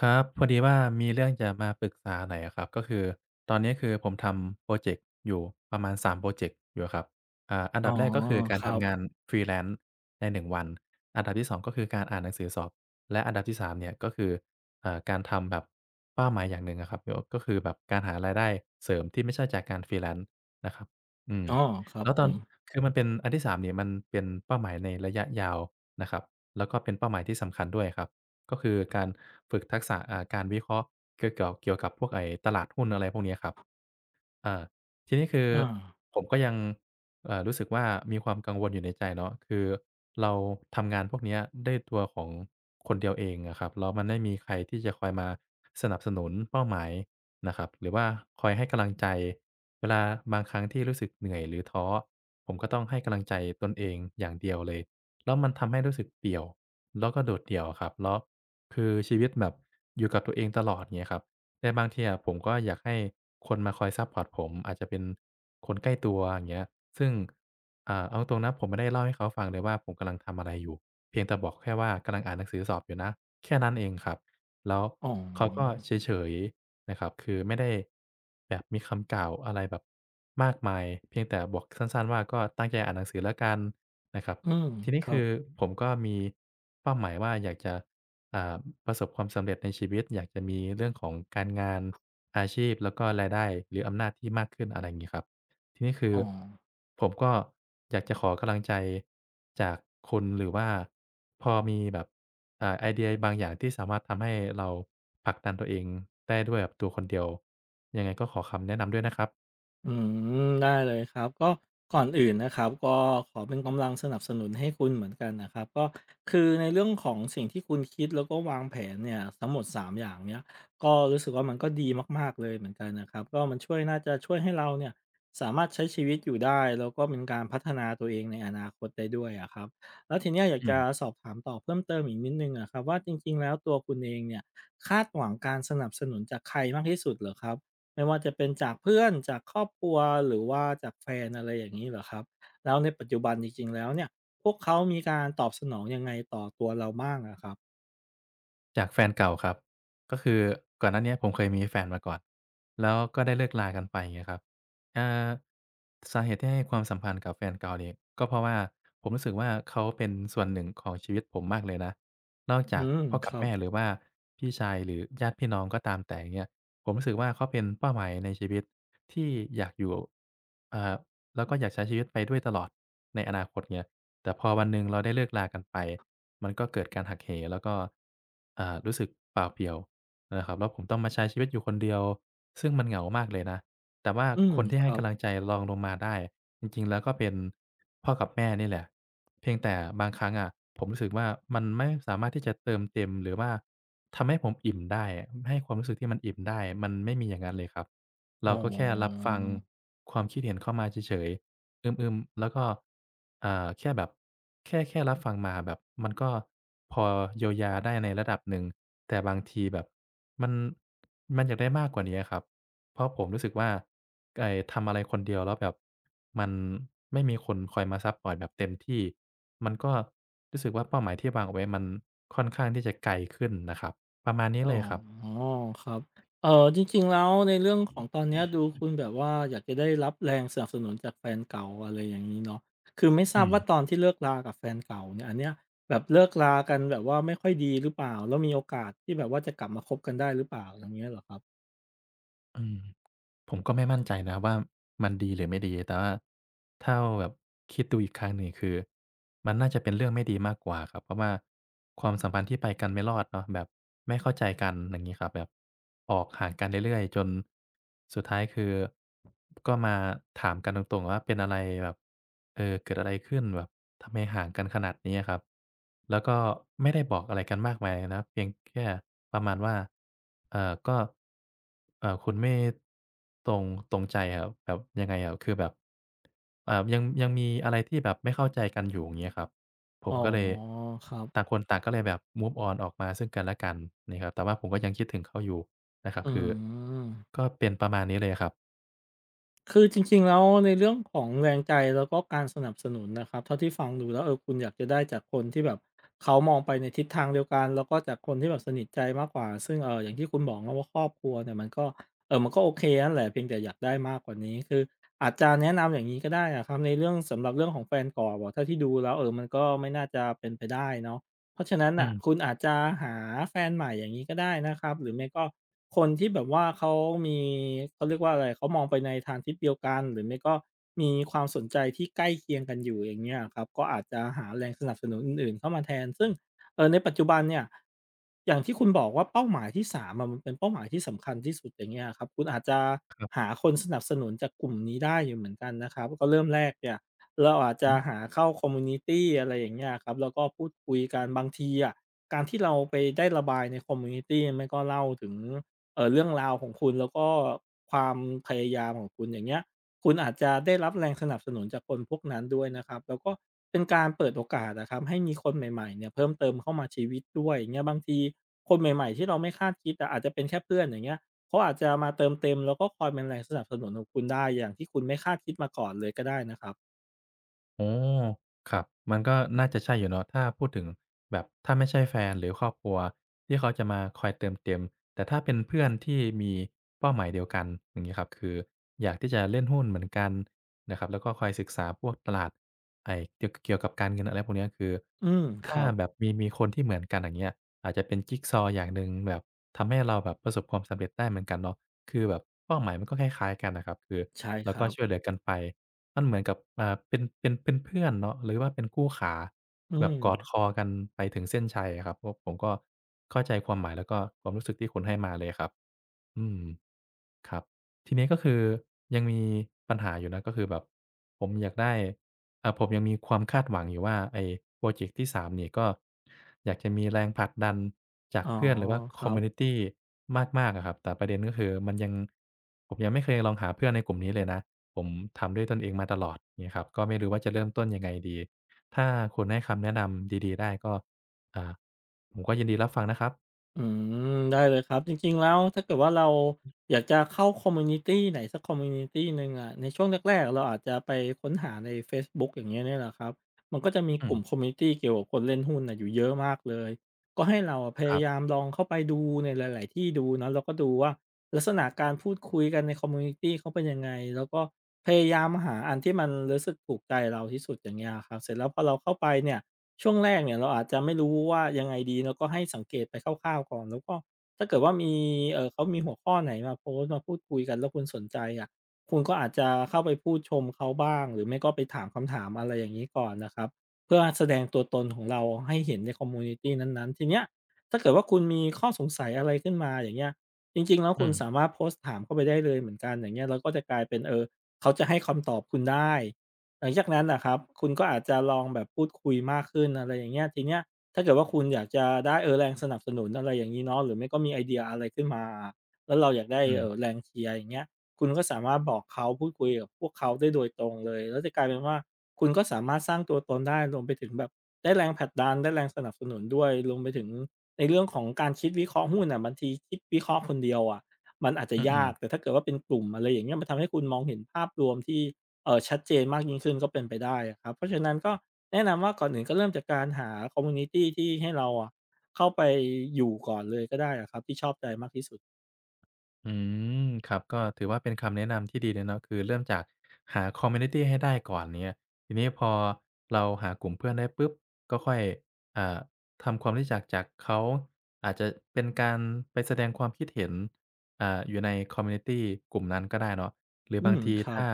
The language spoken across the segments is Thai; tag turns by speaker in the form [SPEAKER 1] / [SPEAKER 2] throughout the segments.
[SPEAKER 1] ครับพอดีว่ามีเรื่องจะมาปรึกษาหน่อยอะครับก็คือตอนนี้คือผมทำพรอเจกต์อยู่ประมาณ3พรอเจกต์อยู่อะครับอัน
[SPEAKER 2] อ๋อ
[SPEAKER 1] ดับแรกก็คือกา
[SPEAKER 2] ค
[SPEAKER 1] ร
[SPEAKER 2] รั
[SPEAKER 1] ทำงาน
[SPEAKER 2] บ
[SPEAKER 1] Freelance ในหนึ่งวันอันดับที่สองก็คือการอ่านหนังสือสอบและอันดับที่สามเนี่ยก็คือการทำแบบเป้าหมายอย่างหนึ่งอะครับก็คือแบบการหารายได้เสริมที่ไม่ใช่จากการ Freelance นะครับอืม
[SPEAKER 2] อ๋อครับ
[SPEAKER 1] แล้ว
[SPEAKER 2] ผ
[SPEAKER 1] ตอน
[SPEAKER 2] ม
[SPEAKER 1] คือมันเป็นอันที่สามเนี่ยมันเป็นเป้าหมายในระยะยาวนะครับแล้วก็เป็นเป้าหมายที่สำคัญด้วยครับ ก็คือการฝึกทักษะการวิเคราะห์เกี่ยวกับพวกไอ้ตลาดหุ้นอะไรพวกเนี้ยครับอาทีนี้คือ
[SPEAKER 2] อา
[SPEAKER 1] ผมก็ยังรู้สึกว่ามีความกังวลอยู่ในใจเนาะคือเราทำงานพวกเนี้ยด้วยตัวของคนเดียวเองอะครับแล้วมันไม่มีใครที่จะคอยมาสนับสนุนเป้าหมายนะครับหรือว่าคอยให้กำลังใจเวลาบางครั้งที่รู้สึกเหนื่อยหรือท้อผมก็ต้องให้กำลังใจตนเองอย่างเดียวเลย แล้วมันทำให้รู้สึกเดี่ยวแล้วก็โดดเดี่ยวอะครับแล้วคือชีวิตแบบอยู่กับตัวเองตลอดเงี้ยครับแต่บางทีอะผมก็อยากให้คนมาคอยซัปพอร์ตผมอาจจะเป็นคนใกล้ตัวอย่างเงี้ยซึ่งเอาตรงๆนะผมไม่ได้เล่าให้เขาฟังเลยว่าผมกำลังทำอะไรอยู่เพียงแต่บอกแค่ว่ากำลังอ่านหนังสือสอบอยู่นะแค่นั้นเองครับแล้ว
[SPEAKER 2] อ๋อ
[SPEAKER 1] เขาก็เฉยๆนะครับคือไม่ได้แบบมีคำกล่าวอะไรแบบมากมายเพียงแต่บอกสั้นๆว่าก็ตั้งใจอ่านหนังสือแล้วกัน นะครับ
[SPEAKER 2] อืม
[SPEAKER 1] ที
[SPEAKER 2] ค
[SPEAKER 1] นี้
[SPEAKER 2] รั
[SPEAKER 1] คื
[SPEAKER 2] บ
[SPEAKER 1] อผมก็มีเป้าหมายว่าอยากจะอ่าประสบความสำเร็จในชีวิตอยากจะมีเรื่องของการงานอาชีพแล้วก็รายได้หรืออำนาจที่มากขึ้นอะไรอย่างี้ครับทีนี้คือ
[SPEAKER 2] อ๋อ
[SPEAKER 1] ผมก็อยากจะขอกำลังใจจากคุณหรือว่าพอมีแบบไอเดียบางอย่างที่สามารถทำให้เราผลักดันตัวเองได้ด้วยแบบตัวคนเดียวยังไงก็ขอคำแนะนำด้วยนะครับ
[SPEAKER 2] อืมได้เลยครับก็ก่อนอื่นนะครับก็ขอเป็นกำลังสนับสนุนให้คุณเหมือนกันนะครับก็คือในเรื่องของสิ่งที่คุณคิดแล้วก็วางแผนเนี่ยทั้งหมด3อย่างเนี้ยก็รู้สึกว่ามันก็ดีมากๆเลยเหมือนกันนะครับก็มันช่วยน่าจะช่วยให้เราเนี่ยสามารถใช้ชีวิตอยู่ได้แล้วก็เป็นการพัฒนาตัวเองในอนาคตได้ด้วยอะครับแล้วทีเนี้ยอยาก
[SPEAKER 1] อื
[SPEAKER 2] จะ
[SPEAKER 1] ม
[SPEAKER 2] สอบถามต่อเพิ่มเติมอีกนิดหนึ่งอะครับว่าจริงๆแล้วตัวคุณเองเนี่ยคาดหวังการสนับสนุนจากใครมากที่สุดเหรอครับ ไม่ว่าจะเป็นจากเพื่อนจากครอบครัวหรือว่าจากแฟนอะไรอย่างนี้เหรอครับแล้วในปัจจุบันจริงๆแล้วเนี่ยพวกเขามีการตอบสนองยังไงต่อตัวเราบ้างอะครับ
[SPEAKER 1] จากแฟนเก่าครับก็คือก่อนหน้าเนี้ยผมเคยมีแฟนมาก่อนแล้วก็ได้เลิกลากันไปอย่างเงี้ยครับอ่าสาเหตุที่ให้ความสัมพันธ์กับแฟนเก่าเนี่ยก็เพราะว่าผมรู้สึกว่าเขาเป็นส่วนหนึ่งของชีวิตผมมากเลยนะนอก
[SPEAKER 2] อื
[SPEAKER 1] จาก
[SPEAKER 2] ม
[SPEAKER 1] พ่อ
[SPEAKER 2] ค
[SPEAKER 1] กับ
[SPEAKER 2] รับ
[SPEAKER 1] แม่หรือว่าพี่ชายหรือญาติพี่น้องก็ตามแต่อย่างเงี้ยผมรู้สึกว่าเขาเป็นเป้าหมายในชีวิตที่อยากอยู่อ่า แล้วก็อยากใช้ชีวิตไปด้วยตลอดในอนาคตเงี้ยแต่พอวันหนึ่งเราได้เลิกลากันไปมันก็เกิดการหักเหแล้วก็รู้สึกเปล่าเปลี่ยวนะครับแล้วผมต้องมาใช้ชีวิตอยู่คนเดียวซึ่งมันเหงามากเลยนะ แต่ว่า
[SPEAKER 2] อืม
[SPEAKER 1] คนที่
[SPEAKER 2] ค
[SPEAKER 1] ให้
[SPEAKER 2] รับ
[SPEAKER 1] กำลังใจรองลงมาได้จริงๆแล้วก็เป็นพ่อกับแม่นี่แหละเพียงแต่บางครั้งอะผมรู้สึกว่ามันไม่สามารถที่จะเติมเต็มหรือว่าทำให้ผมอิ่มได้ให้ความรู้สึกที่มันอิ่มได้มันไม่มีอย่างนั้นเลยครับ
[SPEAKER 2] อ๋
[SPEAKER 1] เรา
[SPEAKER 2] อ
[SPEAKER 1] ก็แค่รับฟังความคิดเห็นเข้ามาเฉยๆอืมๆแล้วก็อ่าแค่แบบแค่รับฟังมาแบบมันก็พอเยียวยาได้ในระดับหนึ่งแต่บางทีแบบมันมันอยากได้มากกว่านี้อะครับ เพราะผมรู้สึกว่าไอ้ทำอะไรคนเดียวแล้วแบบมันไม่มีคนคอยมาซัปพอร์ตแบบเต็มที่มันก็รู้สึกว่าเป้าหมายที่วางเอาไว้มันค่อนข้างที่จะไกลขึ้นนะครับประมาณนี้
[SPEAKER 2] อ๋
[SPEAKER 1] เล
[SPEAKER 2] อ
[SPEAKER 1] ยครับ
[SPEAKER 2] ครับเอ่อจริงๆแล้วในเรื่องของตอนเนี้ยดูคุณแบบว่าอยากจะได้รับแรงสนับสนุนจากแฟนเก่าอะไรอย่างงี้เนาะคือไม่ทรา
[SPEAKER 1] อื
[SPEAKER 2] บ
[SPEAKER 1] ม
[SPEAKER 2] ว่าตอนที่เลิกรากับแฟนเก่าเนี่ยอันเนี้ยแบบเลิกรากันแบบว่าไม่ค่อยดีหรือเปล่าแล้วมีโอกาสที่แบบว่าจะกลับมาคบกันได้หรือเปล่าอย่างเงี้ยเหรอครับ
[SPEAKER 1] อืม ผมก็ไม่มั่นใจนะว่ามันดีหรือไม่ดีแต่ว่าถ้าแบบคิดดูอีกครั้งหนึ่งคือมันน่าจะเป็นเรื่องไม่ดีมากกว่าครับเพราะว่าความสัมพันธ์ที่ไปกันไม่รอดเนาะแบบไม่เข้าใจกันอย่างงี้ครับแบบออกห่างกันเรื่อยๆจนสุดท้ายคือก็มาถามกันตรงๆว่าเป็นอะไรแบบเออเกิดอะไรขึ้นแบบทำไมห่างกันขนาดนี้อะครับแล้วก็ไม่ได้บอกอะไรกันมากมายนะเพียงแค่ประมาณว่าก็ คุณไม่ตรงตรงใจครับแบบยังไงอะคือแบบยังมีอะไรที่แบบไม่เข้าใจกันอยู่อย่างเงี้ยครับผ
[SPEAKER 2] อ๋
[SPEAKER 1] ม
[SPEAKER 2] อ
[SPEAKER 1] ก็เลย
[SPEAKER 2] ครั
[SPEAKER 1] ต่า
[SPEAKER 2] บ
[SPEAKER 1] งคนต่างก็เลยแบบ move on ออกมาซึ่งกันและกันนะครับแต่ว่าผมก็ยังคิดถึงเขาอยู่นะครับ
[SPEAKER 2] อื
[SPEAKER 1] คือ
[SPEAKER 2] ม
[SPEAKER 1] ก็เป็นประมาณนี้เลยครับ
[SPEAKER 2] คือจริงๆแล้วในเรื่องของแรงใจแล้วก็การสนับสนุนนะครับเท่าที่ฟังดูแล้วเออคุณอยากจะได้จากคนที่แบบเขามองไปในทิศทางเดียวกันแล้วก็จากคนที่แบบสนิทใจมากกว่าซึ่งอย่างที่คุณบอกเนาะว่าครอบครัวเนี่ยมันก็มันก็โอเคนั่นแหละเพียงแต่อยากได้มากกว่านี้คืออาจจะแนะนำอย่างงี้ก็ได้อะครับในเรื่องสำหรับเรื่องของแฟนเก่าอะเท่าที่ดูแล้วเออมันก็ไม่น่าจะเป็นไปได้เนาะ เพราะฉะนั้น
[SPEAKER 1] อื
[SPEAKER 2] น่ะ
[SPEAKER 1] ม
[SPEAKER 2] คุณอาจจะหาแฟนใหม่อย่างนี้ก็ได้นะครับหรือไม่ก็คนที่แบบว่าเขามีเขาเรียกว่าอะไรเขามองไปในทางทิศเดียวกันหรือไม่ก็มีความสนใจที่ใกล้เคียงกันอยู่อย่างเงี้ยครับก็อาจจะหาแรงสนับสนุนอื่นๆเข้ามาแทนซึ่งในปัจจุบันเนี่ยอย่างที่คุณบอกว่าเป้าหมายที่3อะมันเป็นเป้าหมายที่สำคัญที่สุดอย่างเงี้ยครับคุณอาจจะ
[SPEAKER 1] ครั
[SPEAKER 2] หา
[SPEAKER 1] บ
[SPEAKER 2] คนสนับสนุนจากกลุ่มนี้ได้อยู่เหมือนกันนะครับก็เริ่มแรกเนี่ย เราอาจ
[SPEAKER 1] อื
[SPEAKER 2] จะ
[SPEAKER 1] อ
[SPEAKER 2] หา
[SPEAKER 1] ฮึ
[SPEAKER 2] เข้าคอมมูนิตีอะไรอย่างเงี้ยครับแล้วก็พูดคุยกันบางทีอะการที่เราไปได้ระบายในคอมมูนิตีไม่ก็เล่าถึงเรื่องราวของคุณแล้วก็ความพยายามของคุณอย่างเงี้ยคุณอาจจะได้รับแรงสนับสนุนจากคนพวกนั้นด้วยนะครับแล้วก็เป็นการเปิดโอกาสอะครับให้มีคนใหม่ๆเนี่ยเพิ่มเติมเข้ามาชีวิตด้วยอย่างเงี้ยบางทีคนใหม่ๆที่เราไม่คาดคิดอะอาจจะเป็นแค่เพื่อนอย่างเงี้ยเขาอาจจะมาเติมเต็มแล้วก็คอยเป็นแรงสนับสนุนของคุณได้อย่างที่คุณไม่คาดคิดมาก่อนเลยก็ได้นะครับ
[SPEAKER 1] โอ้อครับมันก็น่าจะใช่อยู่เนาะถ้าพูดถึงแบบถ้าไม่ใช่แฟนหรือครอบครัวที่เขาจะมาคอยเติมเต็มแต่ถ้าเป็นเพื่อนที่มีเป้าหมายเดียวกันอย่างงี้ครับคืออยากที่จะเล่นหุ้นเหมือนกันนะครับแล้วก็คอยศึกษาพวกตลาดไอ้เกี่ยวกับการเงินอะไรพวกเนี้ยคือ
[SPEAKER 2] อืมค
[SPEAKER 1] ถ้า
[SPEAKER 2] รับ
[SPEAKER 1] แบบมีคนที่เหมือนกันอย่างเงี้ยอาจจะเป็นจิกซอว์อย่างหนึ่งแบบทำให้เราแบบประสบความสำเร็จได้เหมือนกันเนาะคือแบบเป้าหมายมันก็คล้ายๆกันน่ะครับคือ
[SPEAKER 2] ใช่ค
[SPEAKER 1] เราก็
[SPEAKER 2] รับ
[SPEAKER 1] ช่วยเหลือกันไป มันเหมือนกับเป็นเพื่อนเนาะหรือว่าเป็นคู่ขา
[SPEAKER 2] อื
[SPEAKER 1] แบบ
[SPEAKER 2] ม
[SPEAKER 1] กอดคอกันไปถึงเส้นชัยอะครับเพราะผมก็เข้าใจความหมายแล้วก็ความรู้สึกที่คุณให้มาเลยครับอืมครับทีนี้ก็คือยังมีปัญหาอยู่นะก็คือแบบผมอยากได้ผมยังมีความคาดหวังอยู่ว่าไอ้พรอเจกต์ที่สามนี่ก็อยากจะมีแรงผลักดันจาก
[SPEAKER 2] อ๋อ
[SPEAKER 1] เพื่อนหรือว่า
[SPEAKER 2] ค
[SPEAKER 1] ค
[SPEAKER 2] รั
[SPEAKER 1] อมมิวนิ
[SPEAKER 2] บ
[SPEAKER 1] ตีมากๆอะครับแต่ประเด็นก็คือมันยังผมยังไม่เคยลองหาเพื่อนในกลุ่มนี้เลยนะ ผมทำด้วยตนเองมาตลอดเนี้ยครับก็ไม่รู้ว่าจะเริ่มต้นยังไงดีถ้าคุณให้คำแนะนำดีๆได้ก็อ่าผมก็ยินดีรับฟังนะครับ
[SPEAKER 2] อืมได้เลยครับจริงๆแล้วถ้าเกิดว่าเราอยากจะเข้าคอมมิวนิตีไหนสักคอมมิวนิตีหนึ่งอะในช่วงแรกๆเราอาจจะไปค้นหาในเฟซบุ๊กอย่างเงี้ยเนี่ยแหละครับมันก็จะมี
[SPEAKER 1] อื
[SPEAKER 2] ก
[SPEAKER 1] ม
[SPEAKER 2] ลุ่มคอมมิวนิตีเกี่ยวกับคนเล่นหุ้นน่ะอยู่เยอะมากเลยก็ให้เราอะพ
[SPEAKER 1] ค
[SPEAKER 2] ยา
[SPEAKER 1] รั
[SPEAKER 2] ยา
[SPEAKER 1] บ
[SPEAKER 2] มลองเข้าไปดูในหลายๆที่ดูเนาะแล้วก็ดูว่าลักษณะการพูดคุยกันในคอมมิวนิตีเขาเป็นยังไงแล้วก็พยายามหาอันที่มันรู้สึกถูกใจเราที่สุดอย่างเงี้ยอะครับเสร็จแล้วพอเราเข้าไปเนี่ย ช่วงแรกเนี่ยเราอาจจะไม่รู้ว่ายังไงดีเราก็ให้สังเกตไปคร่าวๆก่อนแล้วก็ถ้าเกิดว่ามีเขามีหัวข้อไหนมาโพสต์มาพูดคุยกันแล้วคุณสนใจอะคุณก็อาจจะเข้าไปพูดชมเขาบ้างหรือไม่ก็ไปถามคำถามอะไรอย่างงี้ก่อนนะครับเพื่อแสดงตัวตนของเราให้เห็นในคอมมิวนิตีนั้นๆทีเนี้ยถ้าเกิดว่าคุณมีข้อสงสัยอะไรขึ้นมาอย่างเงี้ยจริงๆแล้ว
[SPEAKER 1] อื
[SPEAKER 2] คุณสา
[SPEAKER 1] ม
[SPEAKER 2] มารถโพสต์ถามเข้าไปได้เลยเหมือนกันอย่างเงี้ยเราก็จะกลายเป็นเออเขาจะให้คำตอบคุณได้ หลังจากนั้นนะครับคุณก็อาจจะลองแบบพูดคุยมากขึ้นอะไรอย่างเงี้ยทีเนี้ยถ้าเกิดว่าคุณอยากจะได้เออแรงสนับสนุนอะไรอย่างงี้เนาะหรือไม่ก็มีไอเดียอะไรขึ้นมาแล้วเราอยากได้
[SPEAKER 1] อืม
[SPEAKER 2] แรงเชียร์อย่างเงี้ยคุณก็สามารถบอกเขาพูดคุยกับพวกเขาได้โดยตรงเลยแล้วจะกลายเป็นว่าคุณก็สามารถสร้างตัวตนได้รวมไปถึงแบบได้แรงผลักดันได้แรงสนับสนุนด้วยรวมไปถึงในเรื่องของการคิดวิเคราะห์หุ้นน่ะบางทีคิดวิเคราะห์คนเดียวอะมันอาจจะ
[SPEAKER 1] อื
[SPEAKER 2] ยา
[SPEAKER 1] อ
[SPEAKER 2] กแต่
[SPEAKER 1] ๆ
[SPEAKER 2] ถ้าเกิดว่าเป็นกลุ่มอะไรอย่างเงี้ยมันทำให้คุณมองเห็นภาพรวมที่ ชัดเจนมากยิ่งขึ้นก็เป็นไปได้อะครับเพราะฉะนั้นก็แนะนำว่าก่อนอื่นก็เริ่มจากการหาคอมมิวนิตีที่ให้เราอะเข้าไปอยู่ก่อนเลยก็ได้อะครับที่ชอบใจมากที่สุด
[SPEAKER 1] อืมครับก็ถือว่าเป็นคำแนะนำที่ดีเลยเนาะคือเริ่มจากหาคอมมิวนิตีให้ได้ก่อนเนี้ยทีนี้พอเราหากลุ่มเพื่อนได้ปุ๊บก็ค่อยอ่าทำความรู้จักจากเขาอาจจะเป็นการไปแสดงความคิดเห็นอยู่ในคอมมิวนิตีกลุ่มนั้นก็ได้เนาะหรือ
[SPEAKER 2] อื
[SPEAKER 1] บาง
[SPEAKER 2] ม
[SPEAKER 1] ที
[SPEAKER 2] ครับ
[SPEAKER 1] ถ้า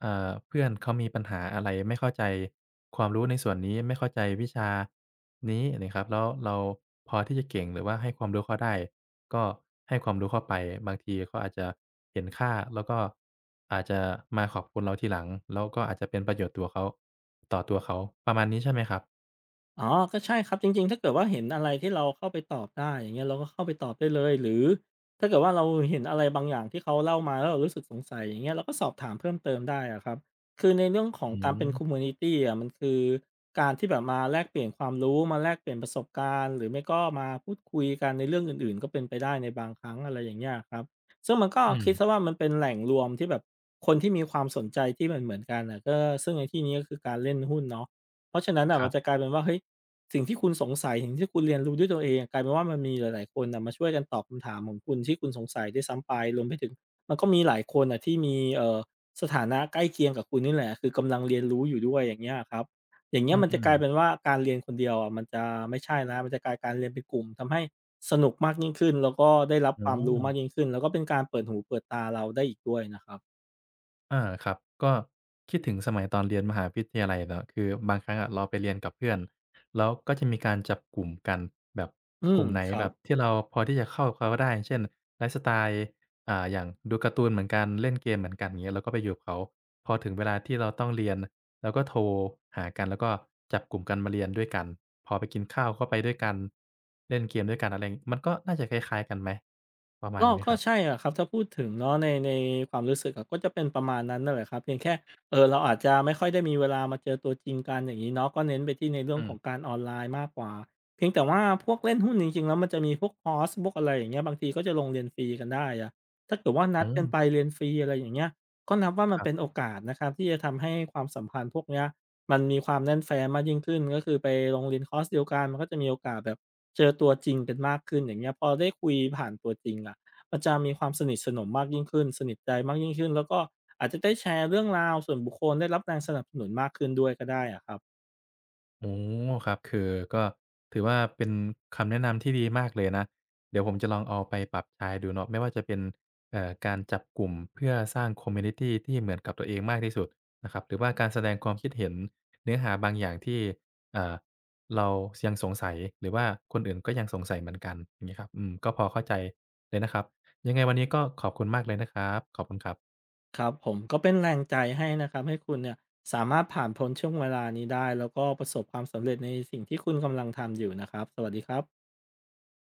[SPEAKER 1] เพื่อนเขามีปัญหาอะไรไม่เข้าใจความรู้ในส่วนนี้ไม่เข้าใจวิชานี้เนย่าครับแล้วเราพอที่จะเก่งหรือว่าให้ความรู้เขาได้ก็ให้ความรู้เข้าไปบางทีเขาอาจจะเห็นค่าแล้วก็อาจจะมาขอบคุณเราทีหลังแล้วก็อาจจะเป็นประโยชน์ตัวเขาต่อตัวเขาประมาณนี้ใช่ไหมครับ
[SPEAKER 2] อ๋อก็ใช่ครับจริงๆถ้าเกิดว่าเห็นอะไรที่เราเข้าไปตอบได้อย่างเงี้ยเราก็เข้าไปตอบได้เลยหรือถ้าเกิดว่าเราเห็นอะไรบางอย่างที่เขาเล่ามาแล้วเรารู้สึกสงสัยอย่างเงี้ยเราก็สอบถามเพิ่มเติมได้อะครับคือในเรื่องของ
[SPEAKER 1] อื
[SPEAKER 2] การเป็นคอมมิ
[SPEAKER 1] ม
[SPEAKER 2] วนิตีอะมันคือการที่แบบมาแลกเปลี่ยนความรู้มาแลกเปลี่ยนประสบการณ์หรือไม่ก็มาพูดคุยกันในเรื่องอื่นๆก็เป็นไปได้ในบางครั้งอะไรอย่างเงี้ยอะครับซึ่งมันก็
[SPEAKER 1] อืม
[SPEAKER 2] คิดเสียว่ามันเป็นแหล่งรวมที่แบบคนที่มีความสนใจที่เหมือนๆกันน่ะก็ซึ่งในที่นี้ก็คือการเล่นหุ้นเนาะเพราะฉะนั้นน่ะ
[SPEAKER 1] ค
[SPEAKER 2] มั
[SPEAKER 1] รั
[SPEAKER 2] นจะ
[SPEAKER 1] บ
[SPEAKER 2] กลายเป็นว่าเฮ้ย สิ่งที่คุณสงสัยสิ่งที่คุณเรียนรู้ด้วยตัวเองกลายเป็นว่ามันมีหลายๆคนน่ะมาช่วยกันตอบคำถามของคุณที่คุณสงสัยด้วยซ้ำไปรวมไปถึงมันก็มีหลายคนน่ะที่มีสถานะใกล้เคียงกับคุณนี่แหละคือกำลังเรียนรู้อยู่ด้วยอย่างเงี้ยอะครับอย่างเงี้
[SPEAKER 1] อื
[SPEAKER 2] ยมันจะก
[SPEAKER 1] ม
[SPEAKER 2] ลายเป็น
[SPEAKER 1] ๆ
[SPEAKER 2] ว่าการเรียนคนเดียวอะมันจะไม่ใช่แล้วมันจะกลายการเรียนเป็นกลุ่มทำให้สนุกมากยิ่งขึ้นแล้วก็ได้รับค
[SPEAKER 1] อ๋อ
[SPEAKER 2] วามรู้มากยิ่งขึ้นแล้วก็เป็นการเปิดหูเปิดตาเราได้อีกด้วยนะครับ
[SPEAKER 1] อาครับก็คิดถึงสมัยตอนเรียนมหาวิทยาลัยเนาะคือบางครั้งอะเราไปเรียนกับเพื่อนแล้วก็จะมีการจับกลุ่มกันแบบ
[SPEAKER 2] อื
[SPEAKER 1] ก
[SPEAKER 2] ม
[SPEAKER 1] ลุ่มไหน
[SPEAKER 2] ครั
[SPEAKER 1] แบ
[SPEAKER 2] บ
[SPEAKER 1] บที่เราพอที่จะเข้ากับเขาได้เช่นไลฟ์สไตล์อย่างดูการ์ตูนเหมือนกันเล่นเกมเหมือนกันอย่างเงี้ยเราก็ไปอยู่กับเขาพอถึงเวลาที่เราต้องเรียนเราก็โทรหากันแล้วก็จับกลุ่มกันมาเรียนด้วยกันพอไปกินข้าวก็ไปด้วยกันเล่นเกมด้วยกันอะไรงี้มันก็น่าจะคล้ายๆกันไหมประมาณ
[SPEAKER 2] ก็
[SPEAKER 1] นี้ไหมครับ
[SPEAKER 2] ใช่อะครับถ้าพูดถึงเนาะในความรู้สึกอะก็จะเป็นประมาณนั้นนั่นแหละครับเพียงแค่เราอาจจะไม่ค่อยได้มีเวลามาเจอตัวจริงกันอย่างงี้เนาะก็เน้นไปที่ในเรื่อ
[SPEAKER 1] อื
[SPEAKER 2] งข
[SPEAKER 1] ม
[SPEAKER 2] องการออนไลน์มากกว่าเพียงแต่ว่าพวกเล่นหุ้นจริงๆแล้วมันจะมีพวกคอร์สพวกอะไรอย่างเงี้ยบางทีก็จะลงเรียนฟรีกันได้อะถ้าเกิดว่านั
[SPEAKER 1] อื
[SPEAKER 2] ดกัน
[SPEAKER 1] ม
[SPEAKER 2] ไปเรียนฟรีอะไรอย่างเงี้ยก็นับว่ามั
[SPEAKER 1] ค
[SPEAKER 2] น
[SPEAKER 1] รั
[SPEAKER 2] เป็นโอ
[SPEAKER 1] บ
[SPEAKER 2] กาสนะครับที่จะทำให้ความสัมพันธ์พวกเนี้ยมันมีความแน่นแฟ้นมากยิ่งขึ้นก็คือไปลงเรียนคอร์สเดียวกันมันก็จะมีโอกาสแบบเจอตัวจริงกันมากขึ้นอย่างเงี้ยพอได้คุยผ่านตัวจริงอะ ก็จะมีความสนิทสนมมากยิ่งขึ้นสนิทใจมากยิ่งขึ้น แล้วก็อาจจะได้แชร์เรื่องราวส่วนบุคคลได้รับแรงสนับสนุนมากขึ้นด้วยก็ได้อะครับ
[SPEAKER 1] อ๋อครับคือก็ถือว่าเป็นคำแนะนำที่ดีมากเลยนะเดี๋ยวผมจะลองเอาไปปรับใช้ดูเนาะไม่ว่าจะเป็นการจับกลุ่มเพื่อสร้าง community ที่เหมือนกับตัวเองมากที่สุดนะครับหรือว่าการแสดงความคิดเห็นเนื้อหาบางอย่างที่เอ่าเรายังสงสัยหรือว่าคนอื่นก็ยังสงสัยเหมือนกันอย่างงี้ยครับอืมก็พอเข้าใจเลยนะครับยังไงวันนี้ก็ขอบคุณมากเลยนะครับขอบคุณครับ
[SPEAKER 2] ครับผมก็เป็นแรงใจให้นะครับให้คุณเนี่ยสามารถผ่านพ้นช่วงเวลานี้ได้แล้วก็ประสบความสำเร็จในสิ่งที่คุณกำลังทำอยู่นะครับสวัสดีครับ